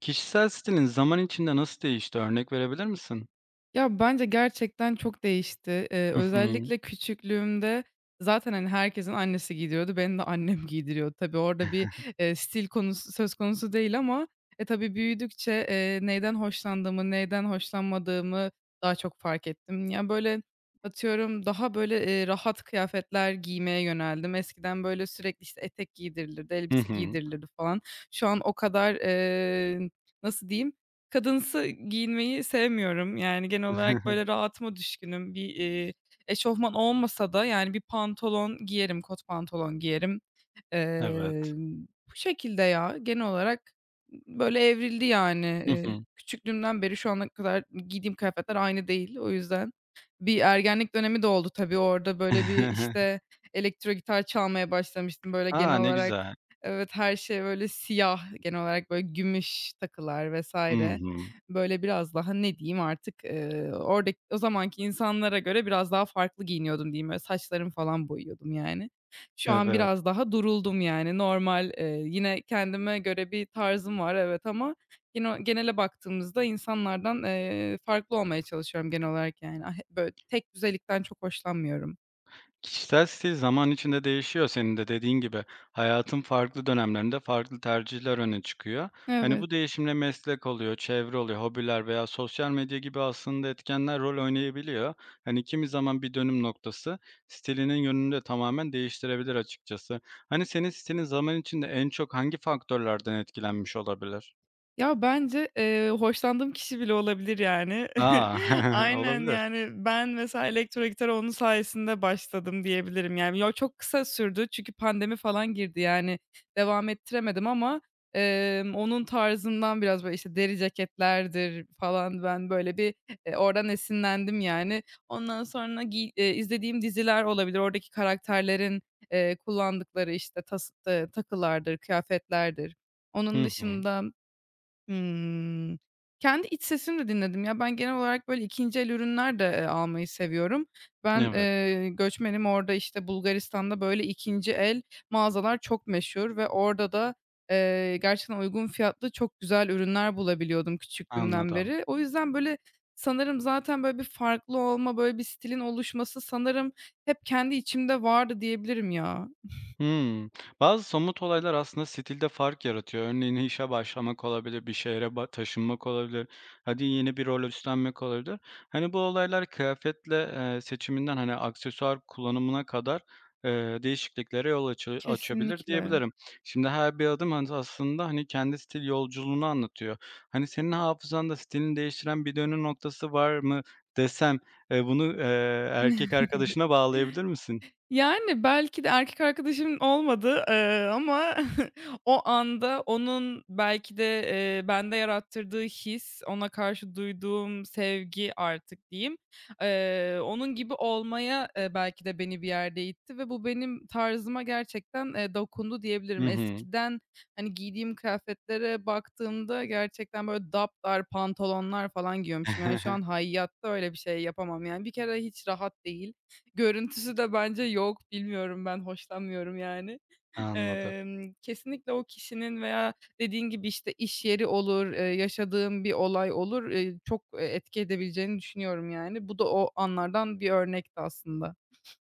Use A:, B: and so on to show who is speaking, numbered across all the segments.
A: Kişisel stilin zaman içinde nasıl değişti? Örnek verebilir misin?
B: Ya, bence gerçekten çok değişti. Eee,
A: Hı hı.
B: özellikle küçüklüğümde zaten, hani, herkesin annesi giydiriyordu, beni de annem giydiriyordu. Tabii orada bir, stil konusu söz konusu değil ama, tabii büyüdükçe, neyden hoşlandığımı, neyden hoşlanmadığımı daha çok fark ettim. Ya, böyle, atıyorum, daha, böyle, rahat kıyafetler giymeye yöneldim. Eskiden, böyle, sürekli, işte, etek giydirilirdi,
A: Hı
B: elbise
A: hı.
B: giydirilirdi falan. Şu an o kadar, nasıl diyeyim, kadınsı giyinmeyi sevmiyorum. Yani, genel olarak, böyle, rahatıma düşkünüm. Bir, eşofman olmasa da, yani, bir pantolon giyerim, kot pantolon giyerim.
A: Evet.
B: Bu şekilde ya, genel olarak, böyle, evrildi yani.
A: Hı
B: Eee,
A: hı.
B: küçüklüğümden beri şu ana kadar giydiğim kıyafetler aynı değil. O yüzden bir ergenlik dönemi de oldu tabii. Orada, böyle, bir, işte, elektro gitar çalmaya başlamıştım. Böyle,
A: A!
B: genel
A: Ne
B: olarak.
A: güzel.
B: Evet, her şey, böyle, siyah, genel olarak, böyle, gümüş takılar
A: Hı
B: vesaire.
A: hı.
B: Böyle, biraz daha ne diyeyim artık, oradaki o zamanki insanlara göre biraz daha farklı giyiniyordum diyeyim. Böyle, saçlarımı falan boyuyordum yani. Şu an
A: Evet.
B: biraz daha duruldum yani. Normal, yine kendime göre bir tarzım var, evet ama gene genele baktığımızda insanlardan, farklı olmaya çalışıyorum genel olarak yani. Ah, he, Böyle tek düzelikten çok hoşlanmıyorum.
A: Kişisel stil zaman içinde değişiyor senin de dediğin gibi. Hayatın farklı dönemlerinde farklı tercihler öne çıkıyor. Hani,
B: Evet.
A: bu değişimle meslek oluyor, çevre oluyor, hobiler veya sosyal medya gibi aslında etkenler rol oynayabiliyor. Hani kimi zaman bir dönüm noktası stilinin yönünü de tamamen değiştirebilir açıkçası. Hani senin stilin zaman içinde en çok hangi faktörlerden etkilenmiş olabilir?
B: Ya, bence, hoşlandığım kişi bile olabilir yani.
A: Aa
B: Aynen,
A: olabilir.
B: yani, ben mesela elektro gitara onun sayesinde başladım diyebilirim. Yani, ya çok kısa sürdü çünkü pandemi falan girdi, yani, devam ettiremedim ama, onun tarzından biraz, böyle, işte, deri ceketlerdir falan ben böyle bir, oradan esinlendim, yani. Ondan sonra giy izlediğim diziler olabilir. Oradaki karakterlerin, kullandıkları, işte, tas takılardır, kıyafetlerdir.
A: Hı
B: Onun
A: hı.
B: dışında. Hımm. Kendi iç sesimi de dinledim. Ya, ben genel olarak, böyle, ikinci el ürünler de, almayı seviyorum. Ben,
A: Evet,
B: göçmenim. Orada, işte, Bulgaristan'da, böyle, ikinci el mağazalar çok meşhur ve orada da, gerçekten uygun fiyatlı çok güzel ürünler bulabiliyordum küçüklüğümden
A: anladım.
B: beri. O yüzden, böyle, sanırım zaten, böyle, bir farklı olma, böyle, bir stilin oluşması sanırım hep kendi içimde vardı diyebilirim ya.
A: Hmm. Bazı somut olaylar aslında stilde fark yaratıyor. Örneğin işe başlamak olabilir, bir şehre ba taşınmak olabilir, hadi yeni bir rol üstlenmek olabilir. Hani, bu olaylar kıyafetle, seçiminden, hani, aksesuar kullanımına kadar, değişikliklere yol açı açabilir
B: Kesinlikle.
A: diyebilirim. Şimdi her bir adım as aslında, hani, kendi stil yolculuğunu anlatıyor. Hani, senin hafızanda stilini değiştiren bir dönüm noktası var mı desem, bunu, erkek arkadaşına bağlayabilir misin?
B: Yani, belki de erkek arkadaşım olmadı, ama o anda onun belki de, bende yarattırdığı his, ona karşı duyduğum sevgi artık diyeyim, onun gibi olmaya, belki de beni bir yerde itti ve bu benim tarzıma gerçekten, dokundu
A: Hı
B: diyebilirim.
A: hı.
B: Eskiden, hani, giydiğim kıyafetlere baktığımda gerçekten böyle dapdar pantolonlar falan giyiyormuşum. Yani, şu an hayatta öyle bir şey yapamam. Yani, bir kere hiç rahat değil. Görüntüsü de bence yok. Bilmiyorum ben, hoşlanmıyorum yani.
A: Anladım.
B: Kesinlikle o kişinin veya dediğin gibi, işte, iş yeri olur, yaşadığın bir olay olur, çok, etki edebileceğini düşünüyorum yani. Bu da o anlardan bir örnekti aslında.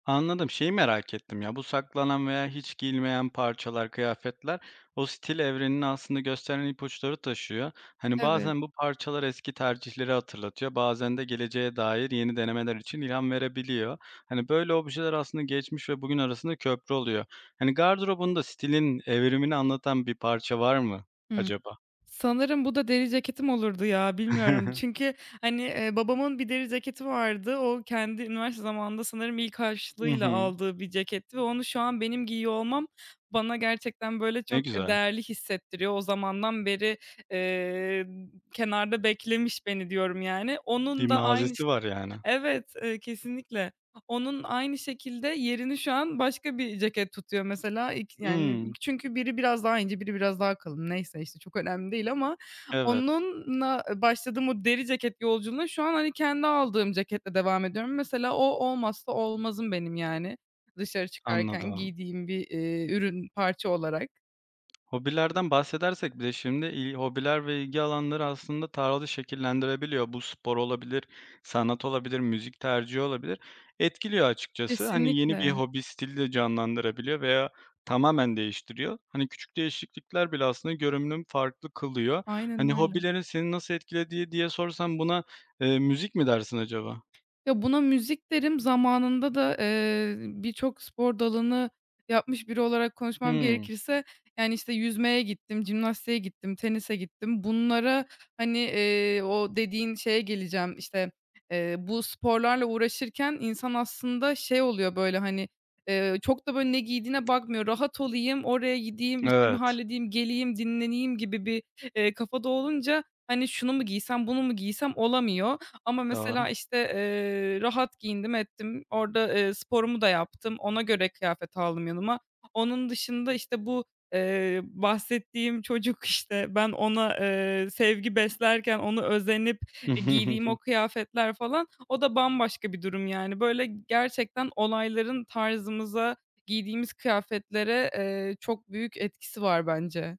A: Anladım. Şeyi merak ettim ya, bu saklanan veya hiç giyilmeyen parçalar, kıyafetler o stil evrenini aslında gösteren ipuçları taşıyor. Hani
B: Evet.
A: bazen bu parçalar eski tercihleri hatırlatıyor, bazen de geleceğe dair yeni denemeler için ilham verebiliyor. Hani böyle objeler aslında geçmiş ve bugün arasında köprü oluyor. Hani gardırobunda stilin evrimini anlatan bir parça var mı
B: Hı.
A: acaba?
B: Sanırım bu da deri ceketim olurdu ya, bilmiyorum. Çünkü, hani, babamın bir deri ceketi vardı. O kendi üniversite zamanında sanırım ilk
A: Hı
B: harçlığıyla
A: hı.
B: aldığı bir ceketti ve onu şu an benim giyiyor olmam bana gerçekten, böyle,
A: Ne
B: çok,
A: güzel.
B: değerli hissettiriyor. O zamandan beri, eee, kenarda beklemiş beni diyorum yani.
A: Bir
B: Onun da aynı
A: mazisi
B: şey.
A: var yani.
B: Evet, kesinlikle. Onun aynı şekilde yerini şu an başka bir ceket tutuyor mesela. Yani,
A: Hımm.
B: çünkü biri biraz daha ince, biri biraz daha kalın. Neyse, işte, çok önemli değil ama
A: Evet,
B: onunla başladığım o deri ceket yolculuğuna şu an, hani, kendi aldığım ceketle devam ediyorum. Mesela o olmazsa olmazım benim yani dışarı çıkarken
A: anladım.
B: giydiğim bir, ürün, parça olarak.
A: Hobilerden bahsedersek bile şimdi il hobiler ve ilgi alanları aslında tarzı şekillendirebiliyor. Bu spor olabilir, sanat olabilir, müzik tercihi olabilir. Etkiliyor açıkçası. Hani yeni bir
B: Kesinlikle.
A: hobi stili de canlandırabiliyor veya tamamen değiştiriyor. Hani küçük değişiklikler bile aslında görünümü farklı kılıyor.
B: Aynen
A: Hani
B: öyle.
A: hobilerin seni nasıl etkilediği diye sorsam buna, müzik mi dersin acaba?
B: Ya, buna müzik derim. Zamanında da, birçok spor dalını yapmış biri olarak konuşmam
A: Hımm.
B: gerekirse, yani, işte, yüzmeye gittim, jimnastiğe gittim, tenise gittim. Bunlara, hani, o dediğin şeye geleceğim, işte, bu sporlarla uğraşırken insan aslında şey oluyor, böyle, hani, çok da, böyle, ne giydiğine bakmıyor. Rahat olayım, oraya gideyim, işimi
A: Evet,
B: halledeyim, geleyim, dinleneyim gibi bir, kafada olunca, hani, şunu mu giysem, bunu mu giysem olamıyor. Ama
A: doğru.
B: mesela, işte, rahat giyindim ettim. Orada, sporumu da yaptım. Ona göre kıyafet aldım yanıma. Onun dışında, işte, bu, bahsettiğim çocuk, işte, ben ona, sevgi beslerken onu özenip, giydiğim o kıyafetler falan, o da bambaşka bir durum yani. Böyle gerçekten olayların tarzımıza, giydiğimiz kıyafetlere, çok büyük etkisi var bence.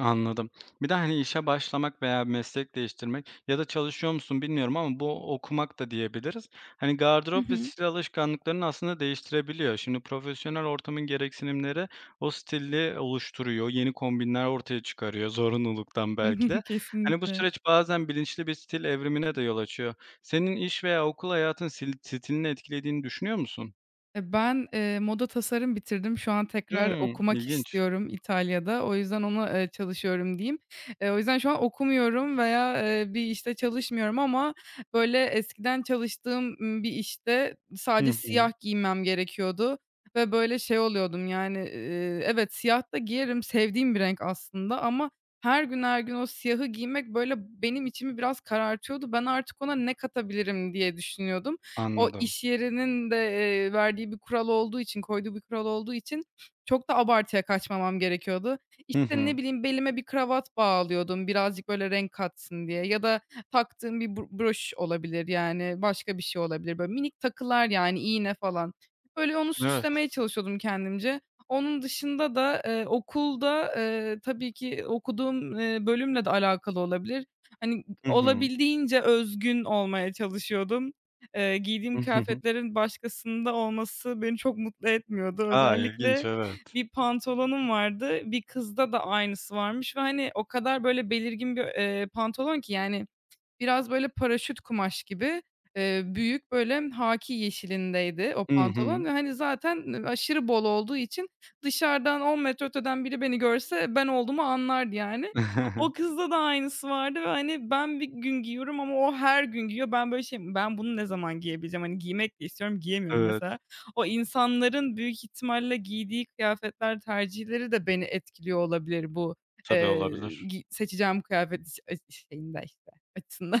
A: Anladım. Bir de, hani, işe başlamak veya meslek değiştirmek ya da çalışıyor musun bilmiyorum ama bu okumak da diyebiliriz. Hani, gardırop ve stil alışkanlıklarını aslında değiştirebiliyor. Şimdi profesyonel ortamın gereksinimleri o stili oluşturuyor, yeni kombinler ortaya çıkarıyor zorunluluktan belki de. Hani, bu
B: Kesinlikle.
A: süreç bazen bilinçli bir stil evrimine de yol açıyor. Senin iş veya okul hayatın sil stilini etkilediğini düşünüyor musun?
B: Ben, moda tasarım bitirdim. Şu an tekrar
A: Hımm,
B: okumak
A: ilginç.
B: istiyorum İtalya'da. O yüzden ona, çalışıyorum diyeyim. O yüzden şu an okumuyorum veya, bir işte çalışmıyorum ama böyle eskiden çalıştığım, bir işte
A: Hı
B: sadece
A: hı,
B: siyah giymem gerekiyordu ve böyle şey oluyordum yani, evet, siyah da giyerim, sevdiğim bir renk aslında ama her gün her gün o siyahı giymek böyle benim içimi biraz karartıyordu. Ben artık ona ne katabilirim diye düşünüyordum. O
A: anladım.
B: iş yerinin de, verdiği bir kural olduğu için, koyduğu bir kural olduğu için çok da abartıya kaçmamam gerekiyordu.
A: Hı
B: İşte, ne
A: hı,
B: bileyim, belime bir kravat bağlıyordum birazcık böyle renk katsın diye ya da taktığım bir broş olabilir, yani, başka bir şey olabilir. Böyle minik takılar, yani, iğne falan. Böyle onu
A: evet.
B: süslemeye çalışıyordum kendimce. Onun dışında da, okulda, tabii ki okuduğum, bölümle de alakalı olabilir. Hani,
A: Hı hı.
B: olabildiğince özgün olmaya çalışıyordum. Giydiğim
A: Hı hı.
B: kıyafetlerin başkasında olması beni çok mutlu etmiyordu.
A: A! İlginç
B: Özellikle
A: evet.
B: bir pantolonum vardı. Bir kızda da aynısı varmış ve, hani, o kadar böyle belirgin bir, pantolon ki yani. Biraz böyle paraşüt kumaş gibi, büyük böyle hâkî yeşilindeydi o
A: Hı hı.
B: pantolon ve, hani, zaten, aşırı bol olduğu için dışarıdan 10 metre öteden biri beni görse ben olduğumu anlardı yani. O kızda da aynısı vardı ve, hani, ben bir gün giyiyorum ama o her gün giyiyor. Ben böyle şeyim, ben bunu ne zaman giyebileceğim? Hani, giymek de istiyorum, giyemiyorum
A: Evet,
B: mesela. O insanların büyük ihtimalle giydiği kıyafetler tercihleri de beni etkiliyor olabilir bu,
A: tabii olabilir.
B: gi seçeceğim kıyafet ş şeyinde açısından.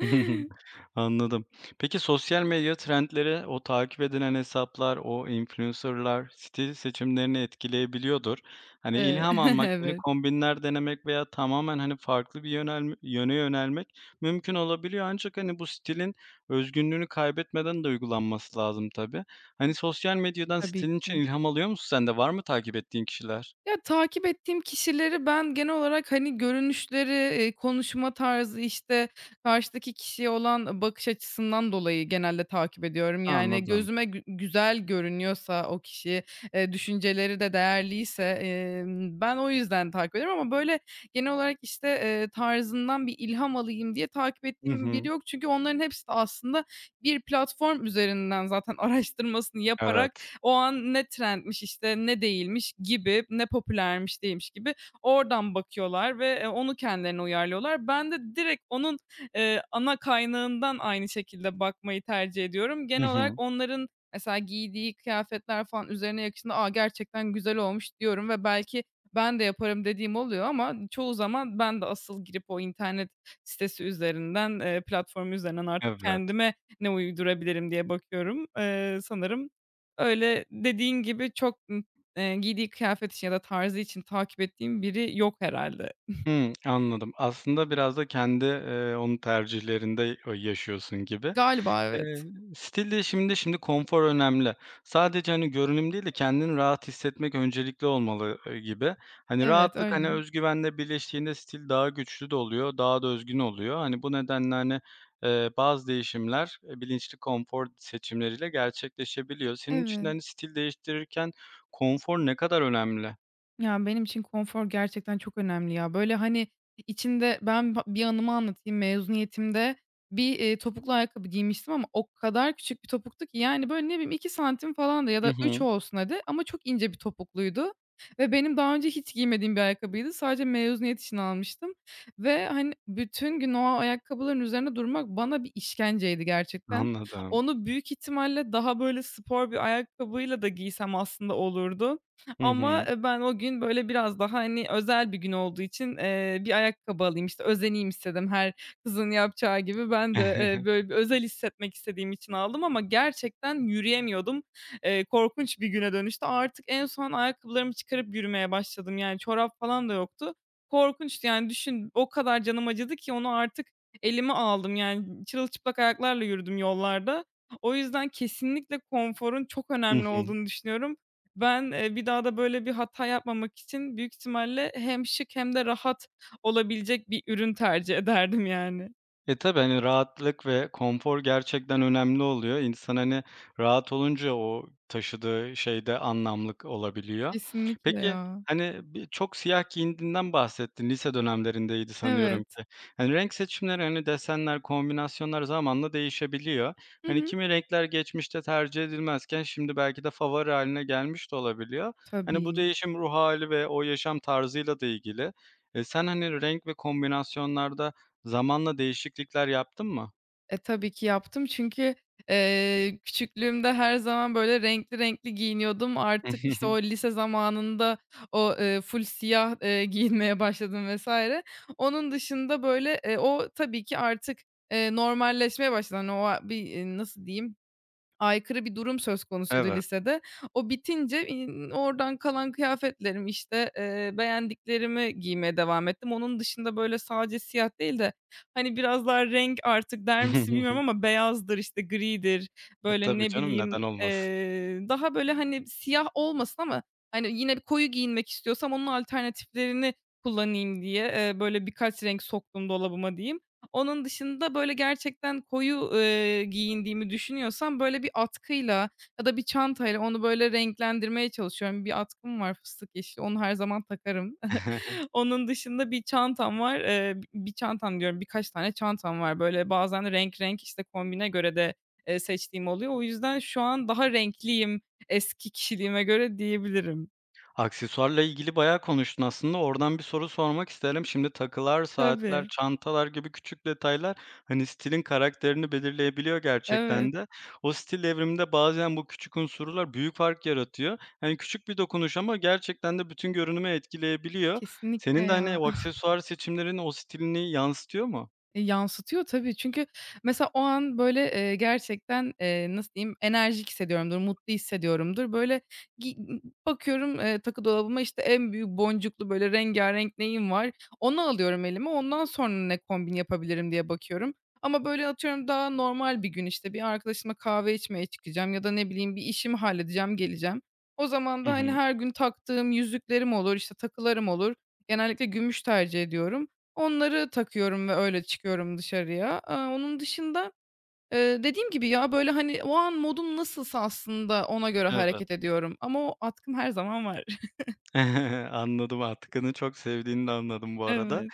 A: Anladım. Peki sosyal medya trendleri, o takip edilen hesaplar, o influencer'lar stil seçimlerini etkileyebiliyordur. Hani
B: Eee
A: ilham almak, yeni
B: Evet,
A: kombinler denemek veya tamamen, hani, farklı bir yönelme yöne yönelmek mümkün olabiliyor ancak, hani, bu stilin özgünlüğünü kaybetmeden de uygulanması lazım tabii. Hani sosyal medyadan
B: tabii
A: stilin için
B: ki.
A: ilham alıyor musun sen de? Var mı takip ettiğin kişiler?
B: Ya, takip ettiğim kişileri ben genel olarak, hani, görünüşleri, konuşma tarzı, işte, karşıdaki kişiye olan bakış açısından dolayı genelde takip ediyorum. Yani,
A: Anladım.
B: gözüme güzel görünüyorsa o kişi, düşünceleri de değerliyse, ben o yüzden takip ediyorum ama, böyle, genel olarak, işte, tarzından bir ilham alayım diye takip
A: Hı
B: ettiğim
A: hı.
B: biri yok. Çünkü onların hepsi de aslında bir platform üzerinden zaten araştırmasını yaparak
A: Evet.
B: o an ne trendmiş, işte, ne değilmiş gibi, ne popülermiş, değilmiş gibi oradan bakıyorlar ve, onu kendilerine uyarlıyorlar. Ben de direkt onun, ana kaynağından aynı şekilde bakmayı tercih ediyorum.
A: Hı
B: Genel olarak
A: hı.
B: onların mesela giydiği kıyafetler falan üzerine yakıştığında, "A, gerçekten güzel olmuş." diyorum ve belki ben de yaparım dediğim oluyor ama çoğu zaman ben de asıl girip o internet sitesi üzerinden, platformu üzerinden artık
A: Evet.
B: kendime ne uydurabilirim diye bakıyorum. Sanırım öyle dediğin gibi çok, giydiği kıyafet için ya da tarzı için takip ettiğim biri yok herhâlde.
A: Hımm, anladım. Aslında biraz da kendi, onun tercihlerinde o yaşıyorsun gibi.
B: Galiba evet.
A: Eee, stil değişiminde şimdi konfor önemli. Sadece, hani, görünüm değil de kendini rahat hissetmek öncelikli olmalı, gibi. Hani,
B: Evet,
A: rahatlık, hani,
B: öyle.
A: öz güvenle birleştiğinde stil daha güçlü de oluyor, daha da özgün oluyor. Hani, bu nedenle, hani, bazı değişimler, bilinçli konfor seçimleriyle gerçekleşebiliyor. Senin için
B: Evet.
A: de, hani, stil değiştirirken konfor ne kadar önemli?
B: Ya, benim için konfor gerçekten çok önemli ya. Böyle, hani, içinde ben bir anımı anlatayım. Mezuniyetimde bir, topuklu ayakkabı giymiştim ama o kadar küçük bir topuktu ki, yani, böyle, ne bileyim 2 santim falan da ya
A: Hı
B: da 3
A: hı.
B: olsun hadi ama çok ince bir topukluydu ve benim daha önce hiç giymediğim bir ayakkabıydı. Sadece mezuniyet için almıştım ve, hani, bütün gün o ayakkabıların üzerine durmak bana bir işkenceydi gerçekten.
A: Anladım.
B: Onu büyük ihtimalle daha, böyle, spor bir ayakkabıyla da giysem aslında olurdu
A: Hı
B: ama,
A: hı.
B: ben o gün, böyle, biraz daha, hani, özel bir gün olduğu için, bir ayakkabı alayım, işte, özeneyim istedim her kızın yapacağı gibi. Ben de, böyle, bir özel hissetmek istediğim için aldım ama gerçekten yürüyemiyordum. Korkunç bir güne dönüştü. Artık en son ayakkabılarımı çıkarıp yürümeye başladım. Yani çorap falan da yoktu. Korkunçtu, yani, düşün, o kadar canım acıdı ki onu artık elime aldım. Yani çırılçıplak ayaklarla yürüdüm yollarda. O yüzden kesinlikle konforun çok
A: Hı
B: önemli
A: hı.
B: olduğunu düşünüyorum. Ben, bir daha da böyle bir hata yapmamak için büyük ihtimalle hem şık hem de rahat olabilecek bir ürün tercih ederdim yani.
A: E, tabii, hani, rahatlık ve konfor gerçekten önemli oluyor. İnsan, hani, rahat olunca o taşıdığı şeyde anlamlık olabiliyor.
B: Kesinlikle
A: Peki,
B: ya.
A: hani, bir çok siyah giyindiğinden bahsettin. Lise dönemlerindeydi sanıyorum
B: Evet.
A: ki. Hani, renk seçimleri, hani, desenler, kombinasyonlar zamanla değişebiliyor.
B: Hı
A: Hani,
B: hı.
A: kimi renkler geçmişte tercih edilmezken şimdi belki de favori haline gelmiş de olabiliyor. Hani, bu
B: Tabii.
A: değişim ruh hali ve o yaşam tarzıyla da ilgili. Sen, hani, renk ve kombinasyonlarda zamanla değişiklikler yaptın mı?
B: Tabii ki yaptım çünkü, küçüklüğümde her zaman böyle renkli renkli giyiniyordum. Artık, işte, o lise zamanında o, full siyah, giyinmeye başladım vesaire. Onun dışında böyle, o tabii ki artık, normalleşmeye başladı. Hani, o bir, nasıl diyeyim? Aykırı bir durum söz konusuydu
A: Evet.
B: lisede. O bitince, oradan kalan kıyafetlerim işte, beğendiklerimi giymeye devam ettim. Onun dışında, böyle, sadece siyah değil de, hani, biraz daha renk artık der misin bilmiyorum ama beyazdır, işte, gridir,
A: E,
B: böyle,
A: tabii
B: ne
A: canım, neden
B: bileyim,
A: olmasın.
B: daha, böyle, hani, siyah olmasın ama, hani, yine koyu giyinmek istiyorsam onun alternatiflerini kullanayım diye, böyle, birkaç renk soktum dolabıma diyeyim. Onun dışında, böyle, gerçekten koyu, giyindiğimi düşünüyorsam, böyle, bir atkıyla ya da bir çantayla onu, böyle, renklendirmeye çalışıyorum. Bir atkım var fıstık yeşili, onu her zaman takarım. Onun dışında bir çantam var. B bir çantam diyorum, birkaç tane çantam var. Böyle, bazen renk renk, işte, kombine göre de, seçtiğim oluyor. O yüzden şu an daha renkliyim eski kişiliğime göre diyebilirim.
A: Aksesuarla ilgili bayağı konuştun aslında. Oradan bir soru sormak isterim. Şimdi takılar, saatler,
B: Tabii.
A: çantalar gibi küçük detaylar, hani, stilin karakterini belirleyebiliyor gerçekten
B: Evet.
A: de. O stil evriminde bazen bu küçük unsurlar büyük fark yaratıyor. Hani, küçük bir dokunuş ama gerçekten de bütün görünümü etkileyebiliyor.
B: Kesinlikle
A: Senin de, hani,
B: ya.
A: o aksesuar seçimlerin o stilini yansıtıyor mu?
B: Yansıtıyor tabii. Çünkü mesela o an, böyle, gerçekten, nasıl diyeyim, enerjik hissediyorumdur, mutlu hissediyorumdur. Böyle, gi bakıyorum, takı dolabıma, işte, en büyük boncuklu, böyle, rengârenk neyim var, onu alıyorum elime. Ondan sonra ne kombin yapabilirim diye bakıyorum. Ama, böyle, atıyorum daha normal bir gün, işte, bir arkadaşımla kahve içmeye çıkacağım ya da ne bileyim bir işimi halledeceğim, geleceğim. O zaman
A: Hı
B: da, hani,
A: hı.
B: her gün taktığım yüzüklerim olur, işte, takılarım olur. Genellikle gümüş tercih ediyorum. Onları takıyorum ve öyle çıkıyorum dışarıya. Onun dışında, dediğim gibi ya, böyle, hani, o an modum nasılsa aslında ona göre
A: Evet.
B: hareket ediyorum ama o atkım her zaman var.
A: Anladım, atkını çok sevdiğini de anladım bu arada.
B: Evet.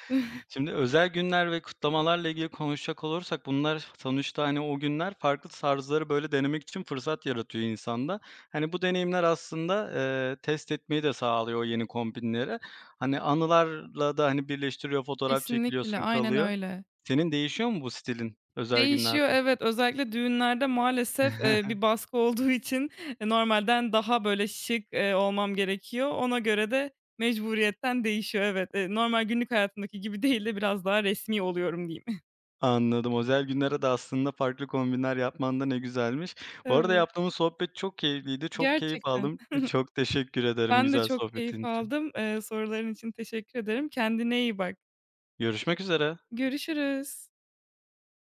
A: Şimdi özel günler ve kutlamalarla ilgili konuşacak olursak bunlar sonuçta, hani, o günler farklı tarzları, böyle, denemek için fırsat yaratıyor insanda. Hani, bu deneyimler aslında, test etmeyi de sağlıyor o yeni kombinleri. Hani, anılarla da, hani, birleştiriyor, fotoğraf
B: Kesinlikle,
A: çekiliyorsun,
B: aynen
A: kalıyor.
B: öyle.
A: Senin değişiyor mu bu stilin özel
B: Değişiyor,
A: günlerde?
B: evet. Özellikle düğünlerde maalesef, bir baskı olduğu için, normalden daha, böyle, şık, olmam gerekiyor. Ona göre de mecburiyetten değişiyor, evet. Normal günlük hayatımdaki gibi değil de biraz daha resmî oluyorum diyeyim.
A: Anladım. Özel günlere de aslında farklı kombinler yapman da ne güzelmiş. Bu arada
B: Evet,
A: yaptığımız sohbet çok keyifliydi. Çok keyif
B: gerçekten.
A: aldım. Çok teşekkür ederim
B: Ben de
A: güzel
B: çok keyif
A: sohbetin için.
B: aldım. Soruların için teşekkür ederim. Kendine iyi bak.
A: Görüşmek üzere.
B: Görüşürüz.